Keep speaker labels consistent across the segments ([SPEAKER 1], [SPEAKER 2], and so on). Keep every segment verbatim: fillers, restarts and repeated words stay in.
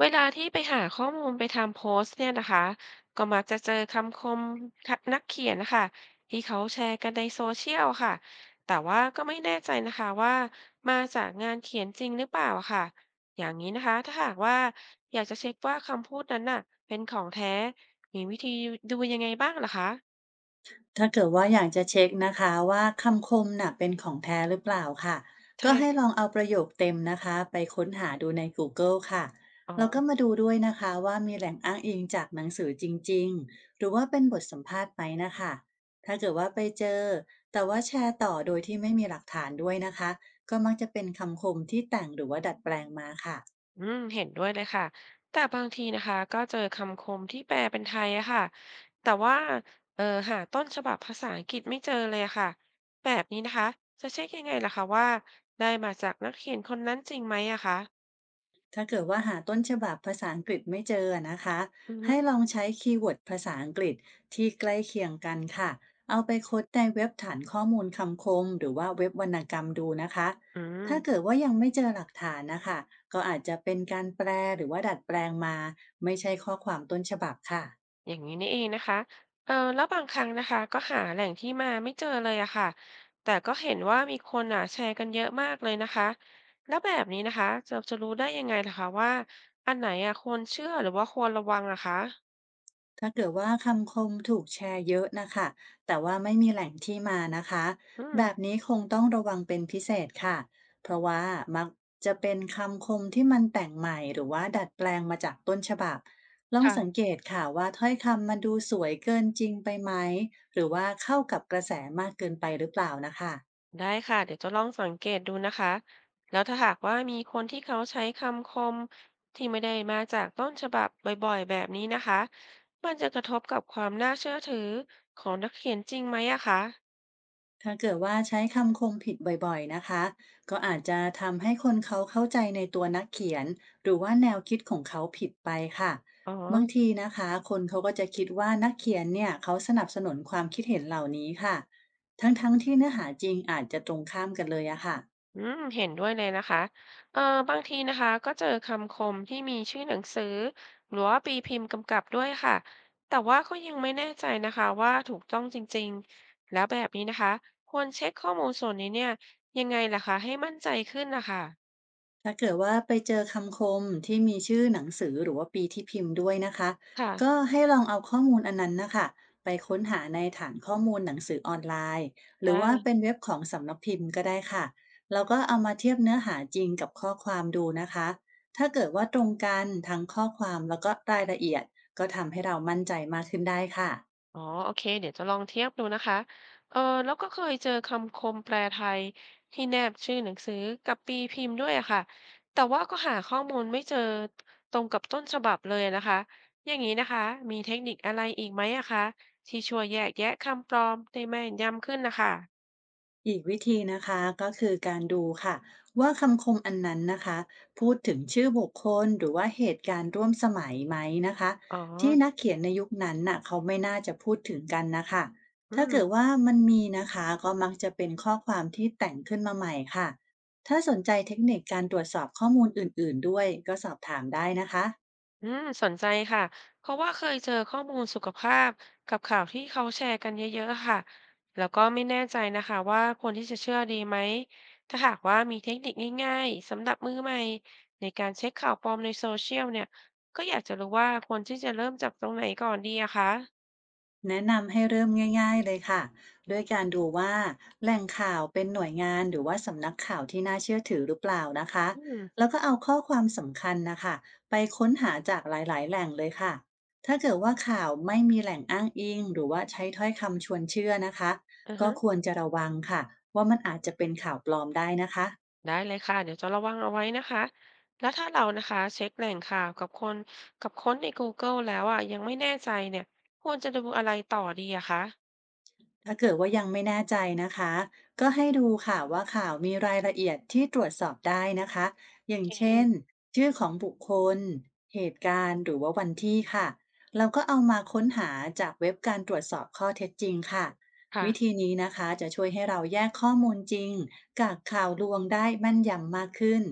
[SPEAKER 1] เวลาที่ไปหาข้อมูลไปทำโพสต์เนี่ยนะคะก็มักจะเจอคำคมนักเขียนนะคะที่เขาแชร์กันในโซเชียลค่ะแต่ว่าก็ไม่แน่ใจนะคะว่ามาจากงานเขียนจริงหรือเปล่าค่ะอย่างนี้นะคะถ้าหากว่าอยากจะเช็คว่าคำพูดนั้นน่ะเป็นของแท้มีวิธีดูยังไงบ้างเหรอคะ
[SPEAKER 2] ถ้าเกิดว่าอยากจะเช็คนะคะว่าคำคมน่ะเป็นของแท้หรือเปล่าค่ะก็ให้
[SPEAKER 1] ใช่
[SPEAKER 2] ลองเอาประโยคเต็มนะคะไปค้นหาดูใน Google ค่ะ
[SPEAKER 1] อ๋อ
[SPEAKER 2] แล้วก็มาดูด้วยนะคะว่ามีแหล่งอ้างอิงจากหนังสือจริงๆหรือว่าเป็นบทสัมภาษณ์ไหมนะคะถ้าเกิดว่าไปเจอแต่ว่าแชร์ต่อโดยที่ไม่มีหลักฐานด้วยนะคะก็มักจะเป็นคำคมที่แต่งหรือว่าดัดแปลงมาค่ะ
[SPEAKER 1] อืมเห็นด้วยเลยค่ะแต่บางทีนะคะก็เจอคำคมที่แปลเป็นไทยอะค่ะแต่ว่าเออหาต้นฉบับภาษาอังกฤษไม่เจอเลยอะค่ะแบบนี้นะคะจะเช็คยังไงล่ะคะว่าได้มาจากนักเขียนคนนั้นจริงไหมอะคะ
[SPEAKER 2] ถ้าเกิดว่าหาต้นฉบับภาษาอังกฤษไม่เจอนะคะ
[SPEAKER 1] อือฮึ
[SPEAKER 2] ให้ลองใช้คีย์เวิร์ดภาษาอังกฤษที่ใกล้เคียงกันค่ะเอาไปค้นในเว็บฐานข้อมูลคำคมหรือว่าเว็บวรรณกรรมดูนะคะ
[SPEAKER 1] อื
[SPEAKER 2] ถ้าเกิ
[SPEAKER 1] ม
[SPEAKER 2] ดว่ายังไม่เจอหลักฐานนะคะก็อาจจะเป็นการแปลหรือว่าดัดแปลงมาไม่ใช่ข้อความต้นฉบับค่ะ
[SPEAKER 1] อย่างนี้นี่เองนะคะเออแล้วบางครั้งนะคะก็หาแหล่งที่มาไม่เจอเลยอะค่ะแต่ก็เห็นว่ามีคนอ่ะแชร์กันเยอะมากเลยนะคะแล้วแบบนี้นะคะจะจะรู้ได้ยังไงล่ะคะว่าอันไหนอะควรเชื่อหรือว่าควรระวังอะคะ
[SPEAKER 2] ถ้าเกิดว่าคำคมถูกแชร์เยอะนะคะแต่ว่าไม่มีแหล่งที่มานะคะ
[SPEAKER 1] อื
[SPEAKER 2] แบ
[SPEAKER 1] ม
[SPEAKER 2] บนี้คงต้องระวังเป็นพิเศษค่ะเพราะว่ามักจะเป็นคำคมที่มันแต่งใหม่หรือว่าดัดแปลงมาจากต้นฉบับ ลองสัง
[SPEAKER 1] ค่ะ
[SPEAKER 2] เกตค่ะว่าถ้อยคำมันดูสวยเกินจริงไปไหม หรือว่าเข้ากับกระแสมากเกินไปหรือเปล่านะคะ
[SPEAKER 1] ได้ค่ะเดี๋ยวจะลองสังเกตดูนะคะแล้วถ้าหากว่ามีคนที่เขาใช้คำคมที่ไม่ได้มาจากต้นฉบับบ่อยๆแบบนี้นะคะมันจะกระทบกับความน่าเชื่อถือของนักเขียนจริงไหมอะคะ
[SPEAKER 2] ถ้าเกิดว่าใช้คำคมผิดบ่อยๆนะคะก็อาจจะทำให้คนเขาเข้าใจในตัวนักเขียนหรือว่าแนวคิดของเขาผิดไปค่ะ
[SPEAKER 1] อ๋อ
[SPEAKER 2] บางทีนะคะคนเขาก็จะคิดว่านักเขียนเนี่ยเขาสนับสนุนความคิดเห็นเหล่านี้ค่ะทั้งๆที่เนื้อหาจริงอาจจะตรงข้ามกันเลยอะค่ะ
[SPEAKER 1] อืมเห็นด้วยเลยนะคะเออบางทีนะคะก็เจอคำคมที่มีชื่อหนังสือหรือว่าปีพิมพ์กำกับด้วยค่ะ แต่ว่าก็ยังไม่แน่ใจนะคะว่าถูกต้องจริงๆ แล้วแบบนี้นะคะควรเช็คข้อมูลส่วนนี้เนี่ยยังไงล่ะคะให้มั่นใจขึ้นนะคะ
[SPEAKER 2] ถ้าเกิดว่าไปเจอคำคมที่มีชื่อหนังสือหรือว่าปีที่พิมพ์ด้วยนะคะ
[SPEAKER 1] ค่ะ
[SPEAKER 2] ก็ให้ลองเอาข้อมูลอันนั้นนะคะไปค้นหาในฐานข้อมูลหนังสือออนไลน์หรื
[SPEAKER 1] ได้
[SPEAKER 2] อว่าเป็นเว็บของสำนักพิมพ์ก็ได้ค่ะแล้วก็เอามาเทียบเนื้อหาจริงกับข้อความดูนะคะถ้าเกิดว่าตรงกันทั้งข้อความแล้วก็รายละเอียดก็ทำให้เรามั่นใจมากขึ้นได้ค่ะ
[SPEAKER 1] อ๋อโอเค เดี๋ยวจะลองเทียบดูนะคะเออแล้วก็เคยเจอคำคมแปลไทยที่แนบชื่อหนังสือกับปีพิมพ์ด้วยอะค่ะแต่ว่าก็หาข้อมูลไม่เจอตรงกับต้นฉบับเลยนะคะ อย่างนี้นะคะ มีเทคนิคอะไรอีกไหมอะคะที่ช่วยแยกแยะคำปลอมได้แม่นยำขึ้นนะคะ
[SPEAKER 2] อีกวิธีนะคะก็คือการดูค่ะว่าคำคมอันนั้นนะคะพูดถึงชื่อบุคคลหรือว่าเหตุการณ์ร่วมสมัยไหมนะคะ
[SPEAKER 1] อ๋อ
[SPEAKER 2] ที่นักเขียนในยุคนั้นน่ะเขาไม่น่าจะพูดถึงกันนะคะ
[SPEAKER 1] อื
[SPEAKER 2] ถ้าเกิด
[SPEAKER 1] ม
[SPEAKER 2] ว่ามันมีนะคะก็มักจะเป็นข้อความที่แต่งขึ้นมาใหม่ค่ะถ้าสนใจเทคนิคการตรวจสอบข้อมูลอื่นๆด้วยก็สอบถามได้นะคะ
[SPEAKER 1] อืมสนใจค่ะเพราะว่าเคยเจอข้อมูลสุขภาพกับข่าวที่เขาแชร์กันเยอะๆค่ะแล้วก็ไม่แน่ใจนะคะว่าควรที่จะเชื่อดีไหมถ้าหากว่ามีเทคนิคง่ายๆสำหรับมือใหม่ในการเช็คข่าวปลอมในโซเชียลเนี่ยก็อยากจะรู้ว่าควรที่จะเริ่มจากตรงไหนก่อนดีอะคะ
[SPEAKER 2] แนะนำให้เริ่มง่ายๆเลยค่ะด้วยการดูว่าแหล่งข่าวเป็นหน่วยงานหรือว่าสำนักข่าวที่น่าเชื่อถือหรือเปล่านะคะ
[SPEAKER 1] อืม
[SPEAKER 2] แล้วก็เอาข้อความสำคัญนะคะไปค้นหาจากหลายๆแหล่งเลยค่ะถ้าเกิดว่าข่าวไม่มีแหล่งอ้างอิงหรือว่าใช้ถ้อยคำชวนเชื่อนะคะ
[SPEAKER 1] อือ
[SPEAKER 2] ก็
[SPEAKER 1] ฮึ
[SPEAKER 2] ควรจะระวังค่ะว่ามันอาจจะเป็นข่าวปลอมได้นะคะ
[SPEAKER 1] ได้เลยค่ะเดี๋ยวจะระวังเอาไว้นะคะแล้วถ้าเรานะคะเช็คแหล่งข่าวกับคนกับค้นใน กูเกิลแล้วอะยังไม่แน่ใจเนี่ยควรจะดูอะไรต่อดีอะคะ
[SPEAKER 2] ถ้าเกิดว่ายังไม่แน่ใจนะคะก็ให้ดูค่ะว่าข่าวมีรายละเอียดที่ตรวจสอบได้นะคะอย่าง
[SPEAKER 1] โอ
[SPEAKER 2] เช่น
[SPEAKER 1] เค
[SPEAKER 2] ชื่อของบุคคลเหตุการณ์หรือว่าวันที่ค่ะเราก็เอามาค้นหาจากเว็บการตรวจสอบข้อเท็จจริงค่ะ
[SPEAKER 1] ค่ะ
[SPEAKER 2] วิธีนี้นะคะจะช่วยให้เราแยกข้อมูลจริงกับข่าวลวงได้แมั่นยำมากขึ้น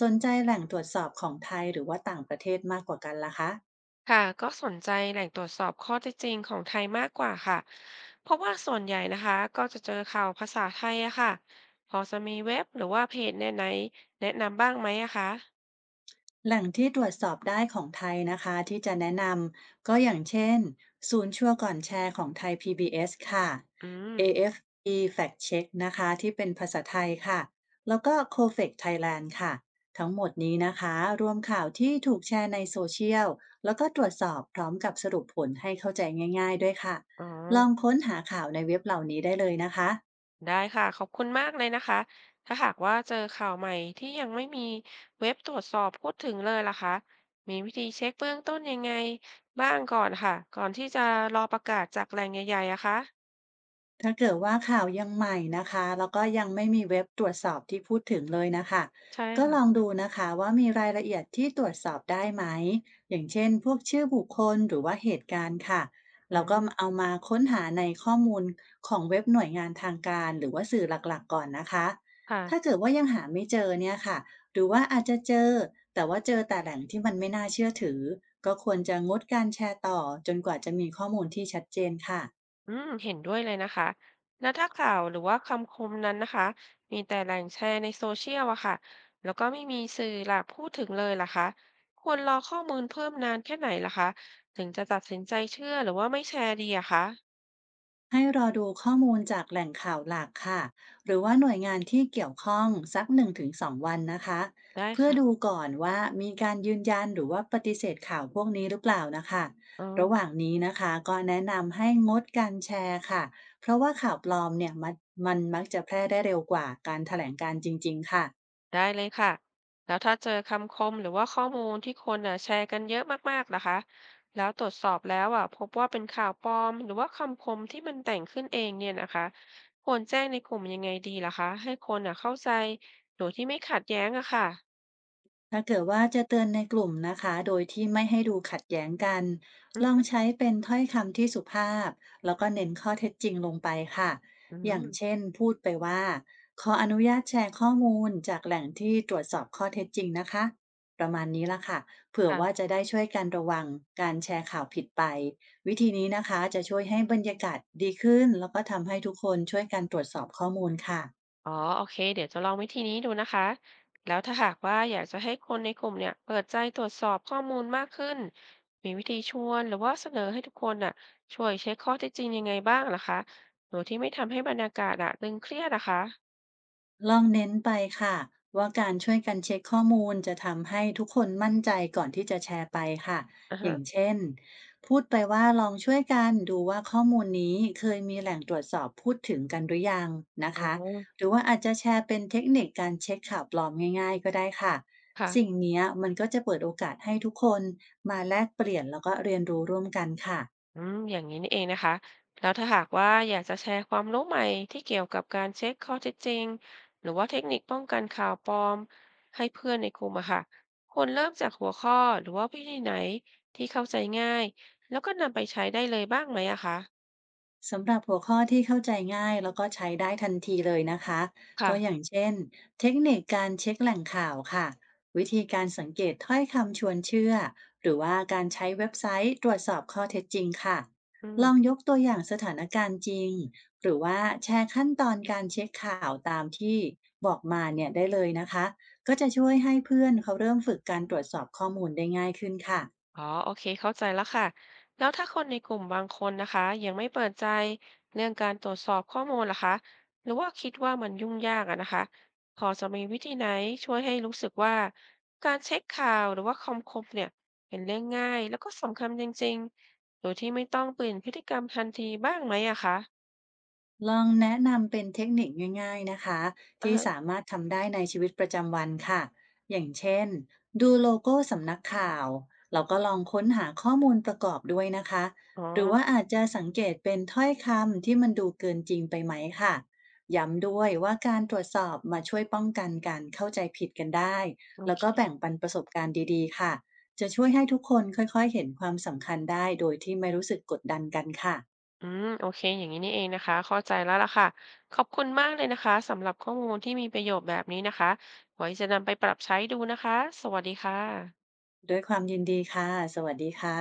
[SPEAKER 2] สนใจแหล่งตรวจสอบของไทยหรือว่าต่างประเทศมากกว่ากันล่ะคะ
[SPEAKER 1] ค่ะก็สนใจแหล่งตรวจสอบข้อเท็จจริงของไทยมากกว่าค่ะ เพราะว่าส่วนใหญ่นะคะก็จะเจอข่าวภาษาไทยอะค่ะพอจะมีเว็บหรือว่าเพจแนะไหนแนะนำบ้างไหมอะคะ
[SPEAKER 2] แหล่งที่ตรวจสอบได้ของไทยนะคะที่จะแนะนำก็อย่างเช่นศูนย์ชัวร์ก่อนแชร์ของไทย พี บี เอส ค่ะ
[SPEAKER 1] อืม
[SPEAKER 2] เอ เอฟ พี Fact Check นะคะที่เป็นภาษาไทยค่ะแล้วก็ ซี โอ เอฟ อี ซี Thailand ค่ะทั้งหมดนี้นะคะรวมข่าวที่ถูกแชร์ในโซเชียลแล้วก็ตรวจสอบพร้อมกับสรุปผลให้เข้าใจง่ายๆด้วยค่ะ
[SPEAKER 1] อ๋อ
[SPEAKER 2] ลองค้นหาข่าวในเว็บเหล่านี้ได้เลยนะคะ
[SPEAKER 1] ได้ค่ะขอบคุณมากเลยนะคะ ถ้าหากว่าเจอข่าวใหม่ที่ยังไม่มีเว็บตรวจสอบพูดถึงเลยล่ะคะมีวิธีเช็คเบื้องต้นยังไงบ้างก่อนค่ะก่อนที่จะรอประกาศจากแหล่งใหญ่ๆอะคะ
[SPEAKER 2] ถ้าเกิดว่าข่าวยังใหม่นะคะแล้วก็ยังไม่มีเว็บตรวจสอบที่พูดถึงเลยนะคะ
[SPEAKER 1] ใช่
[SPEAKER 2] ก็ลอง
[SPEAKER 1] ค่ะ
[SPEAKER 2] ดูนะคะว่ามีรายละเอียดที่ตรวจสอบได้ไหมอย่างเช่นพวกชื่อบุคคลหรือว่าเหตุการณ์ค่ะ
[SPEAKER 1] อื
[SPEAKER 2] แล้วก็
[SPEAKER 1] ม
[SPEAKER 2] เอามาค้นหาในข้อมูลของเว็บหน่วยงานทางการหรือว่าสื่อหลักๆก่อนนะคะ
[SPEAKER 1] ค่ะ
[SPEAKER 2] ถ้าเกิดว่ายังหาไม่เจอเนี่ยค่ะหรือว่าอาจจะเจอแต่ว่าเจอแต่แหล่งที่มันไม่น่าเชื่อถือก็ควรจะงดการแชร์ต่อจนกว่าจะมีข้อมูลที่ชัดเจนค่ะ
[SPEAKER 1] อืมเห็นด้วยเลยนะคะ แล้วถ้าข่าวหรือว่าคำคมนั้นนะคะ มีแต่แหล่งแชร์ในโซเชียลอะค่ะ แล้วก็ไม่มีสื่อหลักพูดถึงเลยล่ะคะ ควรรอข้อมูลเพิ่มนานแค่ไหนล่ะคะ ถึงจะตัดสินใจเชื่อหรือว่าไม่แชร์ดีอะคะ
[SPEAKER 2] ให้รอดูข้อมูลจากแหล่งข่าวหลักค่ะหรือว่าหน่วยงานที่เกี่ยวข้องสักหนึ่งถึงสองวันวันนะคะ
[SPEAKER 1] ได้
[SPEAKER 2] เพื่อดู
[SPEAKER 1] ค่ะ
[SPEAKER 2] ก่อนว่ามีการยืนยันหรือว่าปฏิเสธข่าวพวกนี้หรือเปล่านะคะ
[SPEAKER 1] อ๋อ
[SPEAKER 2] ระหว่างนี้นะคะก็แนะนำให้งดการแชร์ค่ะเพราะว่าข่าวปลอมเนี่ยมันมันมักจะแพร่ได้เร็วกว่าการแถลงการณ์จริงๆค่ะ
[SPEAKER 1] ได้เลยค่ะ แล้วถ้าเจอคำคมหรือว่าข้อมูลที่คนอ่ะแชร์กันเยอะมากๆล่ะคะ แล้วตรวจสอบแล้วอ่ะพบว่าเป็นข่าวปลอมหรือว่าคำคมที่มันแต่งขึ้นเองเนี่ยนะคะควรแจ้งในกลุ่มยังไงดีล่ะคะให้คนอ่ะเข้าใจโดยที่ไม่ขัดแย้งอะค่ะ
[SPEAKER 2] ถ้าเกิดว่าจะเตือนในกลุ่มนะคะ โดยที่ไม่ให้ดูขัดแย้งกัน
[SPEAKER 1] อือ
[SPEAKER 2] ลอ
[SPEAKER 1] ฮึ
[SPEAKER 2] งใช้เป็นถ้อยคำที่สุภาพแล้วก็เน้นข้อเท็จจริงลงไปค่ะ
[SPEAKER 1] อื
[SPEAKER 2] อย่าง
[SPEAKER 1] ม
[SPEAKER 2] เช่นพูดไปว่าขออนุญาตแชร์ข้อมูลจากแหล่งที่ตรวจสอบข้อเท็จจริงนะคะ ประมาณนี้ละค่ะเผื่อว่า
[SPEAKER 1] ค่ะ
[SPEAKER 2] จะได้ช่วยกันระวังการแชร์ข่าวผิดไป วิธีนี้นะคะจะช่วยให้บรรยากาศดีขึ้น แล้วก็ทำให้ทุกคนช่วยกันตรวจสอบข้อมูลค่ะ
[SPEAKER 1] อ๋อโอเคเดี๋ยวจะลองวิธีนี้ดูนะคะ แล้วถ้าหากว่าอยากจะให้คนในกลุ่มเนี่ยเปิดใจตรวจสอบข้อมูลมากขึ้น มีวิธีชวนหรือว่าเสนอให้ทุกคนน่ะช่วยเช็คข้อเท็จจริงยังไงบ้างล่ะคะโดยที่ไม่ทำให้บรรยากาศอะตึงเครียดนะคะ
[SPEAKER 2] ลองเน้นไปค่ะว่าการช่วยกันเช็คข้อมูลจะทำให้ทุกคนมั่นใจก่อนที่จะแชร์ไปค่ะ
[SPEAKER 1] อ่ะ
[SPEAKER 2] อ
[SPEAKER 1] ฮะ
[SPEAKER 2] ย่างเช่นพูดไปว่าลองช่วยกันดูว่าข้อมูลนี้เคยมีแหล่งตรวจสอบพูดถึงกันหรือยังนะ
[SPEAKER 1] อ๋อ
[SPEAKER 2] คะหรือว่าอาจจะแชร์เป็นเทคนิคการเช็คข่าวปลอมง่ายๆก็ได้ค่ะสิ่ง
[SPEAKER 1] ค่ะ
[SPEAKER 2] เนี้ยมันก็จะเปิดโอกาสให้ทุกคนมาแลกเปลี่ยนแล้วก็เรียนรู้ร่วมกันค่ะ
[SPEAKER 1] อืมอย่างนี้นี่เองนะคะแล้วถ้าหากว่าอยากจะแชร์ความรู้ใหม่ที่เกี่ยวกับการเช็คข้อเท็จจริงหรือว่าเทคนิคป้องกันข่าวปลอมให้เพื่อนในกลุ่มอะค่ะควรเริ่มจากหัวข้อหรือว่าวิธีไหนที่เข้าใจง่ายแล้วก็นำไปใช้ได้เลยบ้างไหมอะคะ
[SPEAKER 2] สำหรับหัวข้อที่เข้าใจง่ายแล้วก็ใช้ได้ทันทีเลยนะคะ
[SPEAKER 1] ค่ะ
[SPEAKER 2] ก็อย่างเช่นเทคนิคการเช็คแหล่งข่าวค่ะวิธีการสังเกตถ้อยคำชวนเชื่อหรือว่าการใช้เว็บไซต์ตรวจสอบข้อเท็จจริงค่ะ
[SPEAKER 1] อื
[SPEAKER 2] ลอง
[SPEAKER 1] ม
[SPEAKER 2] ยกตัวอย่างสถานการณ์จริงหรือว่าแชร์ขั้นตอนการเช็คข่าวตามที่บอกมาเนี่ยได้เลยนะคะก็จะช่วยให้เพื่อนเขาเริ่มฝึกการตรวจสอบข้อมูลได้ง่ายขึ้นค่ะ
[SPEAKER 1] อ๋อโอเคเข้าใจแล้วค่ะ แล้วถ้าคนในกลุ่มบางคนนะคะยังไม่เปิดใจเรื่องการตรวจสอบข้อมูลล่ะคะหรือว่าคิดว่ามันยุ่งยากอะนะคะพอจะมีวิธีไหนช่วยให้รู้สึกว่าการเช็คข่าวหรือว่าคำคมเนี่ยเป็นเรื่องง่ายแล้วก็สำคัญจริงๆ โดยที่ไม่ต้องเปลี่ยนพฤติกรรมทันทีบ้างไหมอะคะ
[SPEAKER 2] ลองแนะนำเป็นเทคนิคง่ายๆนะคะ
[SPEAKER 1] อ่า
[SPEAKER 2] ที่
[SPEAKER 1] ฮะ
[SPEAKER 2] สามารถทำได้ในชีวิตประจำวันค่ะอย่างเช่นดูโลโก้สำนักข่าวแล้วก็ลองค้นหาข้อมูลประกอบด้วยนะคะ
[SPEAKER 1] อ๋อ
[SPEAKER 2] หรือว่าอาจจะสังเกตเป็นถ้อยคำที่มันดูเกินจริงไปไหมค่ะย้ำด้วยว่าการตรวจสอบมาช่วยป้องกันการเข้าใจผิดกันได้
[SPEAKER 1] โอ
[SPEAKER 2] แล้วก็แบ่
[SPEAKER 1] เค
[SPEAKER 2] งปันประสบการณ์ดีๆค่ะจะช่วยให้ทุกคนค่อยๆเห็นความสำคัญได้โดยที่ไม่รู้สึกกดดันกันค่ะ
[SPEAKER 1] อืมโอเคอย่างนี้นี่เองนะคะเข้าใจแล้วล่ะค่ะขอบคุณมากเลยนะคะสำหรับข้อมูลที่มีประโยชน์แบบนี้นะคะไว้จะนำไปปรับใช้ดูนะคะสวัสดีค่ะ
[SPEAKER 2] ด้วยความยินดีค่ะ สวัสดีค่ะ